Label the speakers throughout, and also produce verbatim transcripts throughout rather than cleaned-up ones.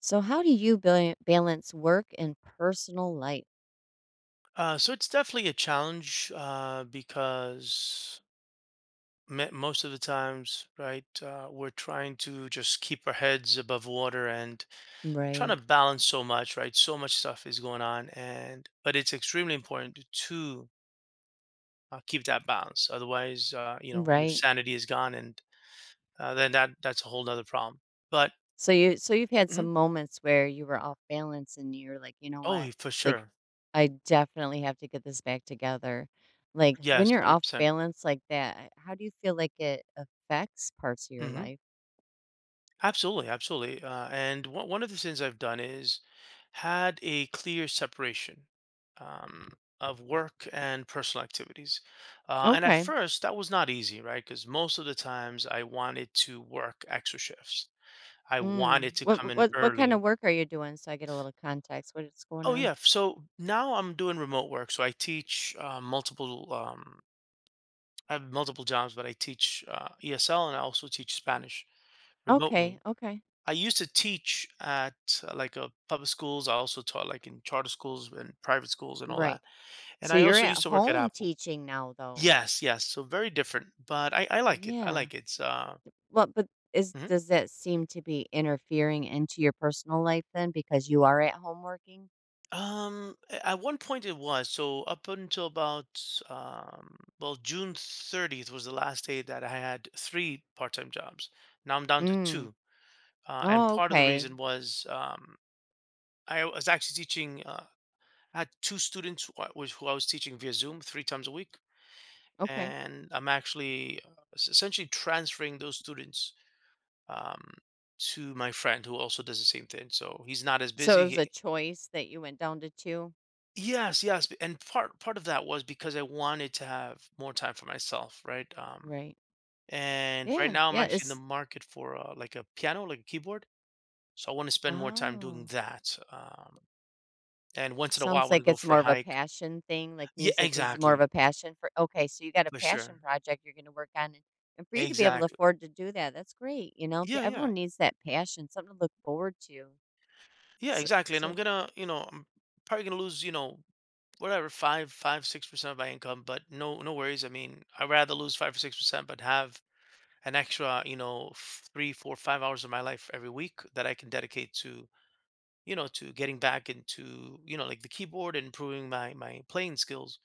Speaker 1: So, how do you bal- balance work and personal life?
Speaker 2: Uh, so it's definitely a challenge uh, because me- most of the times, right, uh, we're trying to just keep our heads above water and trying to
Speaker 1: Right.
Speaker 2: balance so much, right? So much stuff is going on, and but it's extremely important to uh, keep that balance. Otherwise, uh, you know, your
Speaker 1: Right.
Speaker 2: sanity is gone, and uh, then that that's a whole other problem. But
Speaker 1: So you so you've had
Speaker 2: mhm.
Speaker 1: some moments where you were off balance and you're like, you know what?
Speaker 2: Oh, for
Speaker 1: Like,
Speaker 2: sure,
Speaker 1: I definitely have to get this back together. Like when
Speaker 2: yes,
Speaker 1: you're
Speaker 2: hundred
Speaker 1: off
Speaker 2: percent.
Speaker 1: balance like that, how do you feel like it affects parts of your
Speaker 2: Mm-hmm.
Speaker 1: life?
Speaker 2: Absolutely, absolutely. Uh, and one one of the things I've done is had a clear separation um, of work and personal activities. Uh, and at
Speaker 1: Okay.
Speaker 2: first, that was not easy, right? Because most of the times I wanted to work extra shifts. I
Speaker 1: Mm.
Speaker 2: wanted to come
Speaker 1: What
Speaker 2: in
Speaker 1: what what kind
Speaker 2: early.
Speaker 1: of work are you doing? So I get a little context. What is going
Speaker 2: Oh
Speaker 1: on?
Speaker 2: yeah. So now I'm doing remote work. So I teach uh, multiple. Um, I have multiple jobs, but I teach uh, E S L and I also teach Spanish
Speaker 1: Okay.
Speaker 2: remotely.
Speaker 1: Okay.
Speaker 2: I used to teach at uh, like a public schools. I also taught like in charter schools and private schools and all that.
Speaker 1: Right.
Speaker 2: And
Speaker 1: So
Speaker 2: I
Speaker 1: you're
Speaker 2: also used
Speaker 1: at
Speaker 2: to work at
Speaker 1: home
Speaker 2: Apple.
Speaker 1: teaching now though.
Speaker 2: Yes, yes. So very different, but I, I like it. I
Speaker 1: Yeah.
Speaker 2: like it. It's, uh,
Speaker 1: Well, but is
Speaker 2: mhm.
Speaker 1: does that seem to be interfering into your personal life then because you are at home working?
Speaker 2: Um, a- at one point it was so up until about um, well, June thirtieth was the last day that I had three part-time jobs. Now I'm down to
Speaker 1: Mm.
Speaker 2: two, uh, and
Speaker 1: Oh,
Speaker 2: part of the
Speaker 1: okay.
Speaker 2: reason was um, I was actually teaching. Uh, I had two students who I was, who I was teaching via Zoom three times a week,
Speaker 1: Okay.
Speaker 2: and I'm actually uh, s- essentially transferring those students um, to my friend who also does the same thing. So he's not as
Speaker 1: So it
Speaker 2: busy.
Speaker 1: was a
Speaker 2: He,
Speaker 1: choice that you went down to two?
Speaker 2: yes, yes, b- and part part of that was because I wanted to have more time for myself, right? Um,
Speaker 1: Right.
Speaker 2: and right
Speaker 1: Yeah.
Speaker 2: now I'm
Speaker 1: Yeah,
Speaker 2: actually in the
Speaker 1: it's
Speaker 2: market for uh, like a piano, like a keyboard. So I want to spend more time doing
Speaker 1: oh,
Speaker 2: that. Um, and once in a while, I
Speaker 1: sounds
Speaker 2: want to
Speaker 1: like
Speaker 2: go
Speaker 1: it's
Speaker 2: for a
Speaker 1: more of a
Speaker 2: hike.
Speaker 1: passion thing, like
Speaker 2: Yeah,
Speaker 1: music is more of
Speaker 2: exactly,
Speaker 1: a passion for Okay, so you got a
Speaker 2: for
Speaker 1: passion
Speaker 2: sure,
Speaker 1: project you're gonna work on, and and for you to be able to
Speaker 2: exactly.
Speaker 1: afford to do that, that's great, you know? P
Speaker 2: Yeah, yeah,
Speaker 1: Everyone needs that passion, something to look forward to.
Speaker 2: yeah,
Speaker 1: So
Speaker 2: exactly. And I'm
Speaker 1: so
Speaker 2: gonna, you know, I'm probably gonna lose, you know, whatever five five six percent of my income, but no no worries. I mean, I'd rather lose five or six percent but have an extra, you know f- three, four, five hours of my life every week that I can dedicate to, you know to getting back into, you know like the keyboard and improving my my playing skills.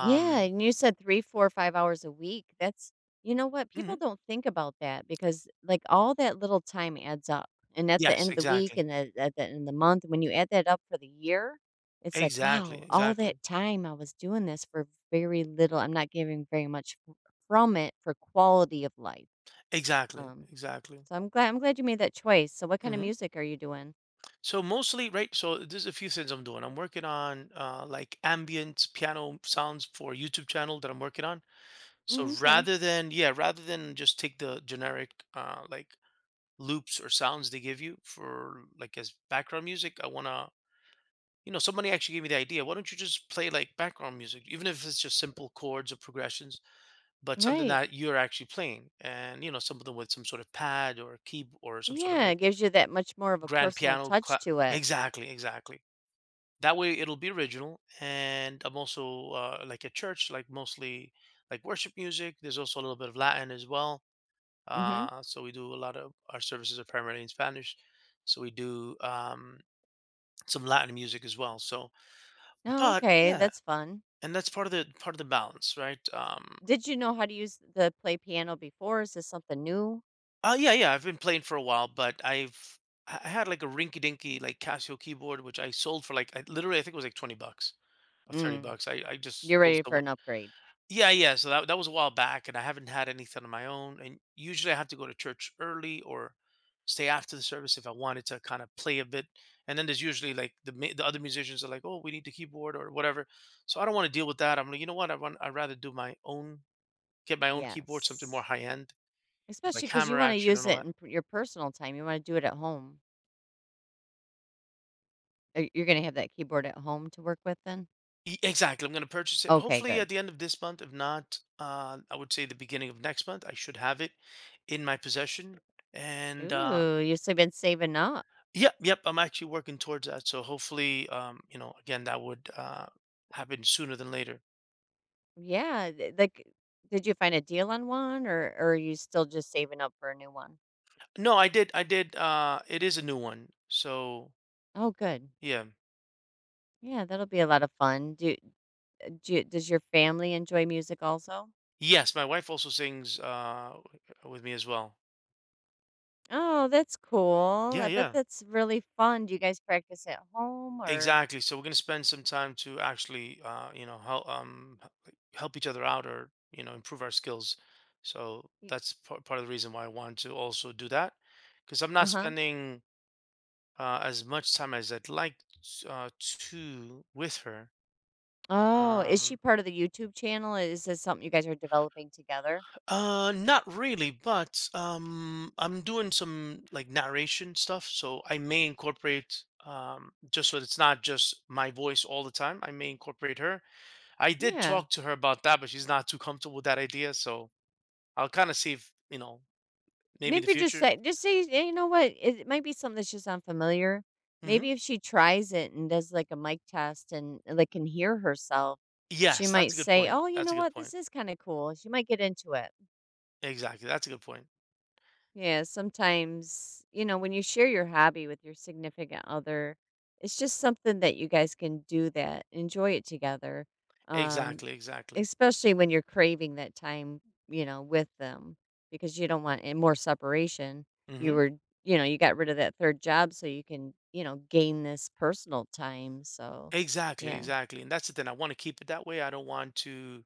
Speaker 1: yeah, and you said three, four, five hours a week. That's You know what? People
Speaker 2: mhm.
Speaker 1: don't think about that because, like, all that little time adds up. And at the
Speaker 2: Yes,
Speaker 1: end of the week,
Speaker 2: exactly,
Speaker 1: and the at the end of the month, when you add that up for the year, it's like,
Speaker 2: exactly,
Speaker 1: wow, all that
Speaker 2: exactly,
Speaker 1: time I was doing this for very little. I'm not giving very much f from it for quality of life.
Speaker 2: exactly,
Speaker 1: Um,
Speaker 2: exactly.
Speaker 1: so I'm glad I'm glad you made that choice. So what kind of
Speaker 2: Hmm,
Speaker 1: music are you doing?
Speaker 2: so mostly, right? So there's a few things I'm doing. I'm working on uh like ambient piano sounds for a YouTube channel that I'm working on. So
Speaker 1: Mm, okay.
Speaker 2: rather than, yeah, rather than just take the generic uh like loops or sounds they give you for like as background music, I wanna you know, somebody actually gave me the idea. Why don't you just play like background music, even if it's just simple chords or progressions, but something
Speaker 1: Right.
Speaker 2: that you're actually playing, and you know, something with some sort of pad or key or some sort of
Speaker 1: Yeah, it
Speaker 2: like
Speaker 1: gives you that much more of a
Speaker 2: grand
Speaker 1: personal
Speaker 2: piano.
Speaker 1: touch
Speaker 2: Cla-
Speaker 1: to it.
Speaker 2: exactly, exactly. That way it'll be original, and I'm also uh, like at church, like mostly like worship music. There's also a little bit of Latin as well.
Speaker 1: Mhm.
Speaker 2: Uh, so we do, a lot of our services are primarily in Spanish. So we do um, some Latin music as well. So,
Speaker 1: Oh,
Speaker 2: but
Speaker 1: okay,
Speaker 2: yeah,
Speaker 1: that's fun.
Speaker 2: and that's part of the part of the balance, right? Um,
Speaker 1: Did you know how to use the play piano before? Is this something new?
Speaker 2: uh, yeah, yeah. I've been playing for a while, but I've I I had like a rinky-dinky like Casio keyboard, which I sold for like, I, literally, I think it was like twenty bucks or thirty
Speaker 1: Mm,
Speaker 2: bucks. I I just
Speaker 1: you're
Speaker 2: sold
Speaker 1: ready for
Speaker 2: someone.
Speaker 1: an upgrade.
Speaker 2: Yeah, yeah. So that that was a while back, and I haven't had anything on my own. And usually, I have to go to church early or stay after the service if I wanted to kind of play a bit. And then there's usually like the ma- the other musicians are like, "Oh, we need the keyboard or whatever." So I don't want to deal with that. I'm like, you know what? I want I'd rather do my own, get my own keyboard, something more
Speaker 1: Yes.
Speaker 2: high end with
Speaker 1: Especially
Speaker 2: like
Speaker 1: because you
Speaker 2: hammer
Speaker 1: want to
Speaker 2: action
Speaker 1: use
Speaker 2: and all
Speaker 1: it
Speaker 2: that.
Speaker 1: in p- your personal time. You want to do it at home. Uh, You're going to have that keyboard at home to work with then?
Speaker 2: E- Exactly. I'm going to purchase it.
Speaker 1: Okay,
Speaker 2: Hopefully
Speaker 1: good.
Speaker 2: at the end of this month. If not, uh, I would say the beginning of next month, I should have it in my possession. And uh,
Speaker 1: Ooh, you've s- been saving up.
Speaker 2: Yep, yep. I'm actually working towards that. So hopefully, um, you know, again, that would uh, happen sooner than later.
Speaker 1: Yeah. th- Like, did you find a deal on one or, or are you still just saving up for a new one?
Speaker 2: No, I did. I did. Uh, it is a new one. So
Speaker 1: Oh, good.
Speaker 2: yeah.
Speaker 1: Yeah, that'll be a lot of fun. Do, uh, do, does your family enjoy music also?
Speaker 2: Yes, my wife also sings uh, with me as well.
Speaker 1: Oh, that's cool.
Speaker 2: Yeah,
Speaker 1: I bet
Speaker 2: yeah.
Speaker 1: that's really fun. Do you guys practice at home, or?
Speaker 2: Exactly. So we're gonna spend some time to actually, uh, you know, help um h- help each other out, or you know, improve our skills. So that's part part of the reason why I wanted to also do that, because I'm not
Speaker 1: Uh-huh.
Speaker 2: spending uh, as much time as I'd like uh, to with her.
Speaker 1: Oh, is she
Speaker 2: Um,
Speaker 1: part of the YouTube channel? Is this something you guys are developing together?
Speaker 2: uh, Not really, but um, I'm doing some like narration stuff, so I may incorporate, um, just so it's not just my voice all the time. I may incorporate her. I did
Speaker 1: Yeah.
Speaker 2: talk to her about that, but she's not too comfortable with that idea, so I'll kind of see if, you know, maybe in the
Speaker 1: Maybe just
Speaker 2: future.
Speaker 1: say just say "Yeah, you know what? It, it might be something that's just unfamiliar.
Speaker 2: Hmm.
Speaker 1: Maybe if she tries it and does like a mic test and like can hear herself, she
Speaker 2: Yes,
Speaker 1: might
Speaker 2: that's a good
Speaker 1: say,
Speaker 2: point.
Speaker 1: 'Oh, you
Speaker 2: That's
Speaker 1: know
Speaker 2: a good
Speaker 1: what? This
Speaker 2: point.
Speaker 1: is kind of cool.' She might get into it."
Speaker 2: Exactly. That's a good point.
Speaker 1: Yeah, sometimes, you know, when you share your hobby with your significant other, it's just something that you guys can do that, enjoy it together. Um,
Speaker 2: Exactly. Exactly.
Speaker 1: Especially when you're craving that time, you know, with them, because you don't want any more separation. You
Speaker 2: Hmm.
Speaker 1: were, you know, you got rid of that third job so you can, you know, gain this personal time. So,
Speaker 2: Exactly,
Speaker 1: yeah.
Speaker 2: exactly. And that's the thing. I want to keep it that way. I don't want to.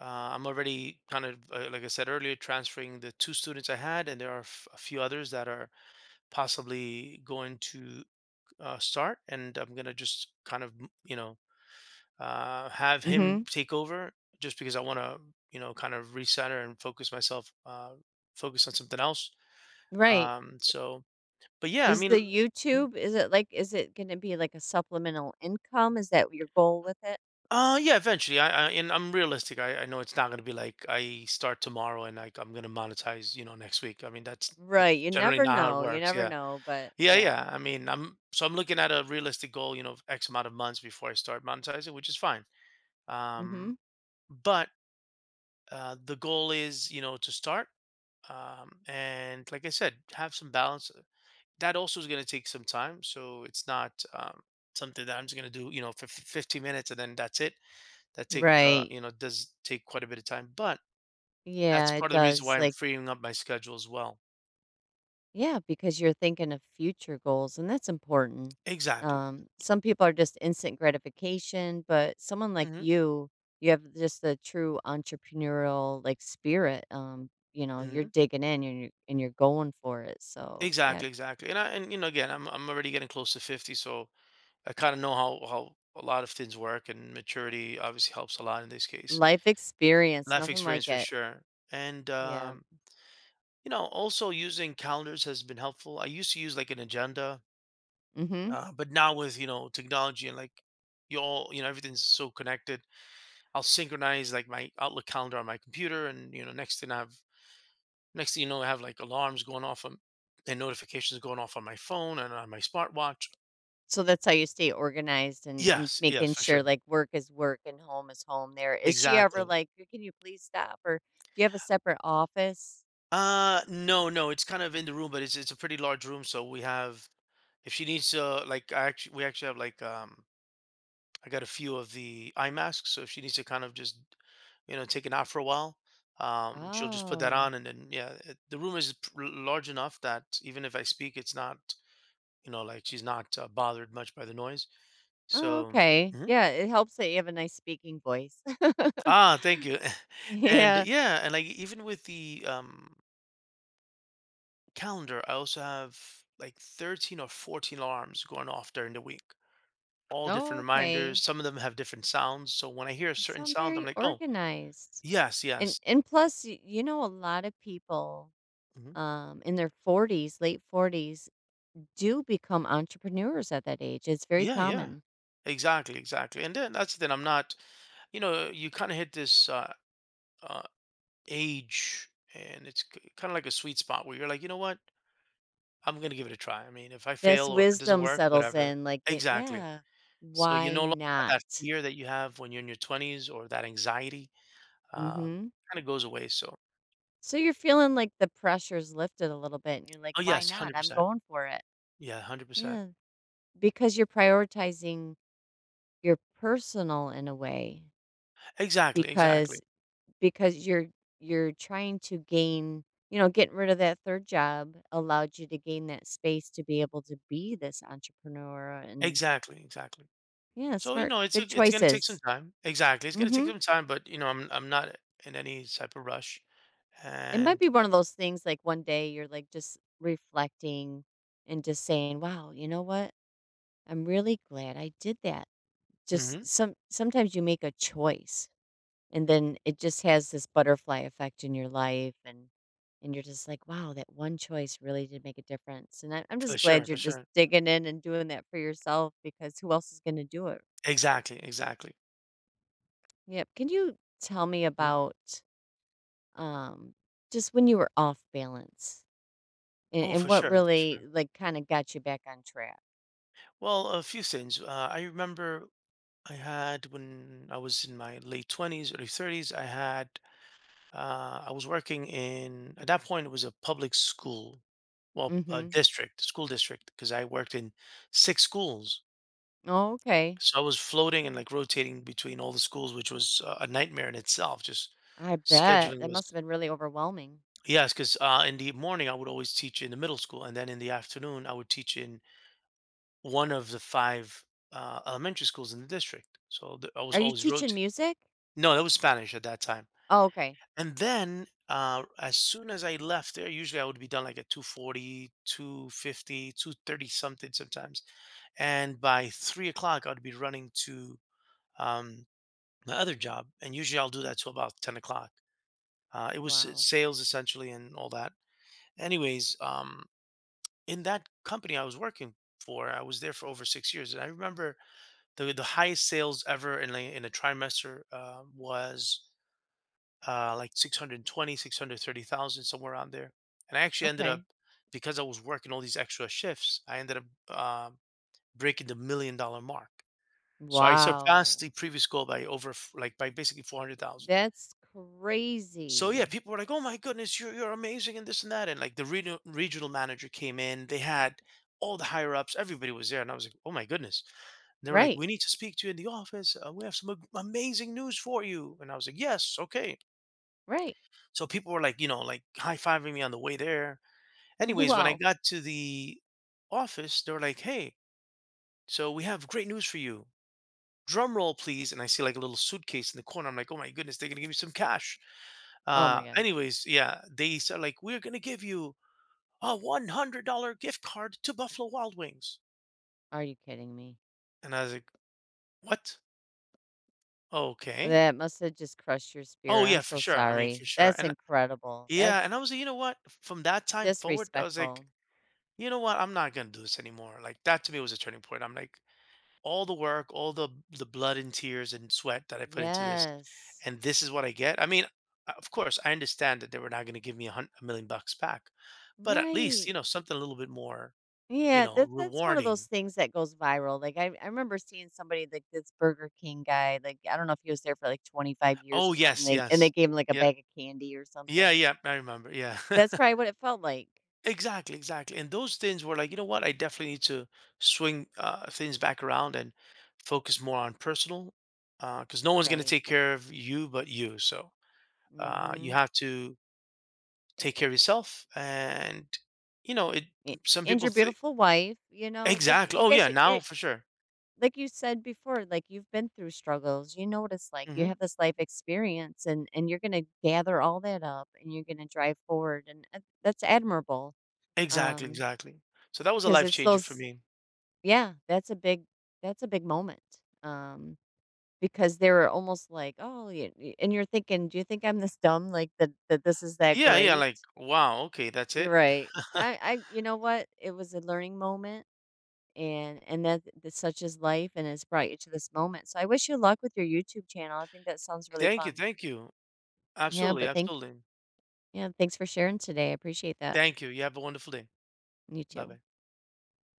Speaker 2: Uh, I'm already kind of, uh, like I said earlier, transferring the two students I had, and there are f- a few others that are possibly going to uh, start. And I'm going to just kind of, m- you know, uh, have him
Speaker 1: Mhm.
Speaker 2: take over, just because I want to, you know, kind of recenter and focus myself, uh, focus on something else.
Speaker 1: Right.
Speaker 2: Um, so, but yeah, I
Speaker 1: Is the
Speaker 2: mean,
Speaker 1: YouTube, is it like is it going to be like a supplemental income? Is that your goal with it?
Speaker 2: Uh, yeah, eventually. I, I and I'm realistic. I, I know it's not gonna be like I start tomorrow and like I'm gonna monetize, you know, next week. I mean, that's
Speaker 1: Right,
Speaker 2: that's
Speaker 1: you
Speaker 2: generally
Speaker 1: never
Speaker 2: not how it
Speaker 1: know, you
Speaker 2: works.
Speaker 1: never
Speaker 2: Yeah,
Speaker 1: know, but
Speaker 2: yeah,
Speaker 1: yeah.
Speaker 2: yeah. I mean, I'm so I'm looking at a realistic goal, you know, of X amount of months before I start monetizing, which is fine. Um,
Speaker 1: Mhm.
Speaker 2: but uh, The goal is, you know, to start. Um, and like I said, have some balance. uh, That also is gonna take some time, so it's not um something that I'm just gonna do, you know, for f- fifteen minutes, and then that's it. That takes, uh,
Speaker 1: Right.
Speaker 2: you know, does take quite a bit of time, but that's
Speaker 1: Yeah, it
Speaker 2: part of the reason
Speaker 1: does.
Speaker 2: why I'm
Speaker 1: Like,
Speaker 2: freeing up my schedule as well.
Speaker 1: yeah, because you're thinking of future goals, and that's important.
Speaker 2: Exactly.
Speaker 1: Um, some people are just instant gratification, but someone like
Speaker 2: Mhm,
Speaker 1: you, you have just the true entrepreneurial like spirit. Um, you know, you're
Speaker 2: mhm.
Speaker 1: digging in, and you're and you're going for it. So yeah,
Speaker 2: Exactly, exactly. And I and, you know, again, I'm I'm already getting close to fifty, so I kind of know how how a lot of things work, and maturity obviously helps a lot in this case.
Speaker 1: life experience,
Speaker 2: Life
Speaker 1: nothing
Speaker 2: experience
Speaker 1: like
Speaker 2: for
Speaker 1: it.
Speaker 2: sure. And,
Speaker 1: Yeah.
Speaker 2: um, you know, also using calendars has been helpful. I used to use like an agenda,
Speaker 1: Mm-hmm.
Speaker 2: uh, but now with, you know, technology and like you all, you know, everything's so connected. I'll synchronize like my Outlook calendar on my computer, and you know, next thing I have, next thing you know, I have like alarms going off on, and notifications going off on my phone and on my smartwatch.
Speaker 1: So that's how you stay organized, and and
Speaker 2: Yes,
Speaker 1: making
Speaker 2: yes, for
Speaker 1: sure
Speaker 2: sure,
Speaker 1: like work is work and home is home there. Is she ever
Speaker 2: exactly.
Speaker 1: like, "Can you please stop?" Or do you have a separate office?
Speaker 2: Uh, no, no, it's kind of in the room, but it's it's a pretty large room, so we have, if she needs to, like, I actually we actually have like um I got a few of the eye masks, so if she needs to kind of just, you know, take it out for a while, um she'll just put that
Speaker 1: Oh.
Speaker 2: on. And then yeah, it, the room is pr- large enough that even if I speak, it's not, you know, like she's not uh, bothered much by the noise.
Speaker 1: Oh,
Speaker 2: So,
Speaker 1: okay.
Speaker 2: mhm.
Speaker 1: Yeah, it helps that you have a nice speaking voice.
Speaker 2: Ah, thank you. And
Speaker 1: Yeah.
Speaker 2: yeah, and like even with the um, calendar, I also have like thirteen or fourteen alarms going off during the week, all
Speaker 1: Oh,
Speaker 2: different reminders.
Speaker 1: okay.
Speaker 2: Some of them have different sounds. So when I hear a
Speaker 1: You
Speaker 2: certain
Speaker 1: sound
Speaker 2: sound, I'm
Speaker 1: very
Speaker 2: like, oh,
Speaker 1: organized.
Speaker 2: yes,
Speaker 1: And
Speaker 2: yes.
Speaker 1: and plus, y you know, a lot of people,
Speaker 2: Mhm.
Speaker 1: um, in their forties, late forties do become entrepreneurs at that age. It's very
Speaker 2: Yeah, yeah,
Speaker 1: common.
Speaker 2: exactly, exactly. And then that's the thing. I'm not, you know, you kind of hit this uh, uh, age, and it's kind of like a sweet spot where you're like, you know what? I'm gonna give it a try. I mean, if I fail
Speaker 1: This
Speaker 2: or if it doesn't
Speaker 1: wisdom
Speaker 2: work,
Speaker 1: settles
Speaker 2: whatever.
Speaker 1: in, like, it
Speaker 2: Exactly.
Speaker 1: yeah,
Speaker 2: So you
Speaker 1: why
Speaker 2: no longer have
Speaker 1: not?
Speaker 2: that fear that you have when you're in your twenties, or that anxiety uh,
Speaker 1: Mhm.
Speaker 2: kind of goes away. So,
Speaker 1: So you're feeling like the pressure's lifted a little bit and you're like,
Speaker 2: oh,
Speaker 1: "Why
Speaker 2: yes,
Speaker 1: not? I'm
Speaker 2: one hundred percent.
Speaker 1: going for it."
Speaker 2: Yeah, one hundred percent.
Speaker 1: Yeah, because you're prioritizing your personal in a way,
Speaker 2: Exactly,
Speaker 1: because
Speaker 2: exactly,
Speaker 1: because you're you're trying to gain, you know, getting rid of that third job allowed you to gain that space to be able to be this entrepreneur, and
Speaker 2: exactly, exactly.
Speaker 1: yeah,
Speaker 2: So, you
Speaker 1: smart
Speaker 2: know, it's a,
Speaker 1: good
Speaker 2: it's going to take some
Speaker 1: choices.
Speaker 2: time. Exactly. It's going to take
Speaker 1: Mhm.
Speaker 2: some time, but, you know, I'm, I'm not in any type of rush.
Speaker 1: It might
Speaker 2: And,
Speaker 1: be one of those things like one day you're like just reflecting and just saying, "Wow, you know what? I'm really glad I did that."
Speaker 2: mhm,
Speaker 1: Just some sometimes you make a choice, and then it just has this butterfly effect in your life, and and you're just like, "Wow, that one choice really did make a difference." And I, I'm
Speaker 2: for
Speaker 1: just
Speaker 2: sure,
Speaker 1: glad you're
Speaker 2: for
Speaker 1: just
Speaker 2: sure.
Speaker 1: digging in and doing that for yourself, because who else is going to do it?
Speaker 2: Exactly, exactly.
Speaker 1: Yep. Can you tell me
Speaker 2: Mhm.
Speaker 1: about um just when you were off balance? And
Speaker 2: Oh,
Speaker 1: and
Speaker 2: for
Speaker 1: what
Speaker 2: sure, for sure.
Speaker 1: really, like, kinda got you back on track?
Speaker 2: Well, a few things. Uh, I remember I had when I was in my late twenties, early thirties, I had uh, I was working in at that point it was a public school, well, a
Speaker 1: Mhm.
Speaker 2: district, school district, because I worked in six schools.
Speaker 1: Oh, okay.
Speaker 2: So I was floating and like rotating between all the schools, which was uh, a nightmare in itself. Just
Speaker 1: I bet.
Speaker 2: scheduling
Speaker 1: That
Speaker 2: was.
Speaker 1: must've been really overwhelming.
Speaker 2: Yes, because uh, in the morning I would always teach in the middle school, and then in the afternoon I would teach in one of the five uh, elementary schools in the district. So th- I was
Speaker 1: Are you
Speaker 2: always
Speaker 1: teaching
Speaker 2: rotating.
Speaker 1: music?
Speaker 2: No, that was Spanish at that time.
Speaker 1: Oh, okay.
Speaker 2: And then uh, as soon as I left there, usually I would be done like at two forty, two fifty, two thirty something sometimes. And by three o'clock, I would be running to um, my other job. And usually I'll do that till about ten o'clock. Uh, it was s-
Speaker 1: Wow.
Speaker 2: sales essentially and all that. Anyways, um, in that company I was working for, I was there for over six years. And I remember the, the highest sales ever in a, in a trimester uh, was uh, like six hundred twenty, six hundred thirty thousand, somewhere around there. And I actually ended up,
Speaker 1: Okay.
Speaker 2: because I was working all these extra shifts, I ended up um, breaking the million dollar mark. So I surpassed
Speaker 1: Wow.
Speaker 2: the previous goal by over, f- like by basically four hundred thousand.
Speaker 1: That's
Speaker 2: So yeah,
Speaker 1: crazy.
Speaker 2: people were like, "Oh my goodness, you're you're amazing," and this and that. And like the regional regional manager came in, they had all the higher ups, everybody was there, and I was like, "Oh my goodness." And they were like,
Speaker 1: Right.
Speaker 2: "We need to speak to you in the office. Uh, we have some am- amazing news for you." And I was like, "Yes, okay."
Speaker 1: Right.
Speaker 2: So people were like, you know, like high fiving me on the way there. Anyways, when I
Speaker 1: Wow.
Speaker 2: got to the office, they were like, hey, so we have great news for you. Drum roll, please. And I see like a little suitcase in the corner. I'm like, oh my goodness, they're going to give me some cash.
Speaker 1: Oh my
Speaker 2: Uh,
Speaker 1: god.
Speaker 2: anyways, yeah, they said, like, we're going to give you a one hundred dollar gift card to Buffalo Wild Wings.
Speaker 1: Are you kidding me?
Speaker 2: And I was like, what? Okay.
Speaker 1: That must've just crushed your
Speaker 2: Oh,
Speaker 1: spirit. I'm
Speaker 2: yeah, for
Speaker 1: so
Speaker 2: sure. I mean,
Speaker 1: sorry.
Speaker 2: for sure.
Speaker 1: That's
Speaker 2: And
Speaker 1: incredible.
Speaker 2: yeah,
Speaker 1: That's
Speaker 2: and I was like, you know what? From that time forward, I was like,
Speaker 1: disrespectful.
Speaker 2: you know what? I'm not gonna do this anymore. Like that to me was a turning point. I'm like, all the work, all the the blood and tears and sweat that I put into this,
Speaker 1: Yes.
Speaker 2: and this is what I get. I mean, uh, of course, I understand that they were not gonna give me a, hun- a million bucks back, but at least you
Speaker 1: Right.
Speaker 2: know something a little bit more, you
Speaker 1: Yeah,
Speaker 2: know,
Speaker 1: that that's one of those
Speaker 2: rewarding.
Speaker 1: things that goes viral. Like, I, I remember seeing somebody like this Burger King guy, like, I don't know if he was there for like twenty-five years
Speaker 2: Oh
Speaker 1: or something.
Speaker 2: yes,
Speaker 1: They and they
Speaker 2: yes,
Speaker 1: gave him like a
Speaker 2: yeah,
Speaker 1: bag of candy or
Speaker 2: yeah,
Speaker 1: something.
Speaker 2: yeah. I remember. Yeah.
Speaker 1: That's probably what it felt like.
Speaker 2: Exactly, exactly. And those things were like, you know what? I definitely need to swing uh, things back around and focus more on personal, because no one's going to
Speaker 1: Right.
Speaker 2: take care of you but you. So uh, you
Speaker 1: Mhm.
Speaker 2: have to take care of yourself. And, you know, it. Some
Speaker 1: And
Speaker 2: people
Speaker 1: your
Speaker 2: think
Speaker 1: beautiful wife, you know, like
Speaker 2: exactly.
Speaker 1: you
Speaker 2: Oh
Speaker 1: guys
Speaker 2: yeah,
Speaker 1: are, you
Speaker 2: now for sure.
Speaker 1: like you said before, like you've been through struggles. You know what it's like. You
Speaker 2: Hmm.
Speaker 1: have this life experience, and and you're going to gather all that up, and you're going to drive forward, and uh, that's admirable.
Speaker 2: Exactly,
Speaker 1: Um
Speaker 2: exactly. So that was a
Speaker 1: because
Speaker 2: life
Speaker 1: it's
Speaker 2: changer for
Speaker 1: those
Speaker 2: me.
Speaker 1: yeah, that's a big that's a big moment, um, because they were almost like, "Oh, you" y and you're thinking, "Do you think I'm this dumb, like, that that this is that
Speaker 2: Yeah, yeah.
Speaker 1: great?"
Speaker 2: Like wow. Okay, that's
Speaker 1: You're
Speaker 2: it.
Speaker 1: right. I I you know what? It was a learning moment, and and that that such is life, and it's brought you to this moment, so I wish you luck with your YouTube channel. I think that sounds really
Speaker 2: Thank you,
Speaker 1: fun.
Speaker 2: thank you.
Speaker 1: Yeah,
Speaker 2: Absolutely,
Speaker 1: but thank
Speaker 2: absolutely.
Speaker 1: yeah, thanks for sharing today, I appreciate that.
Speaker 2: Thank you. You have a wonderful day.
Speaker 1: You
Speaker 2: Bye
Speaker 1: too.
Speaker 2: bye.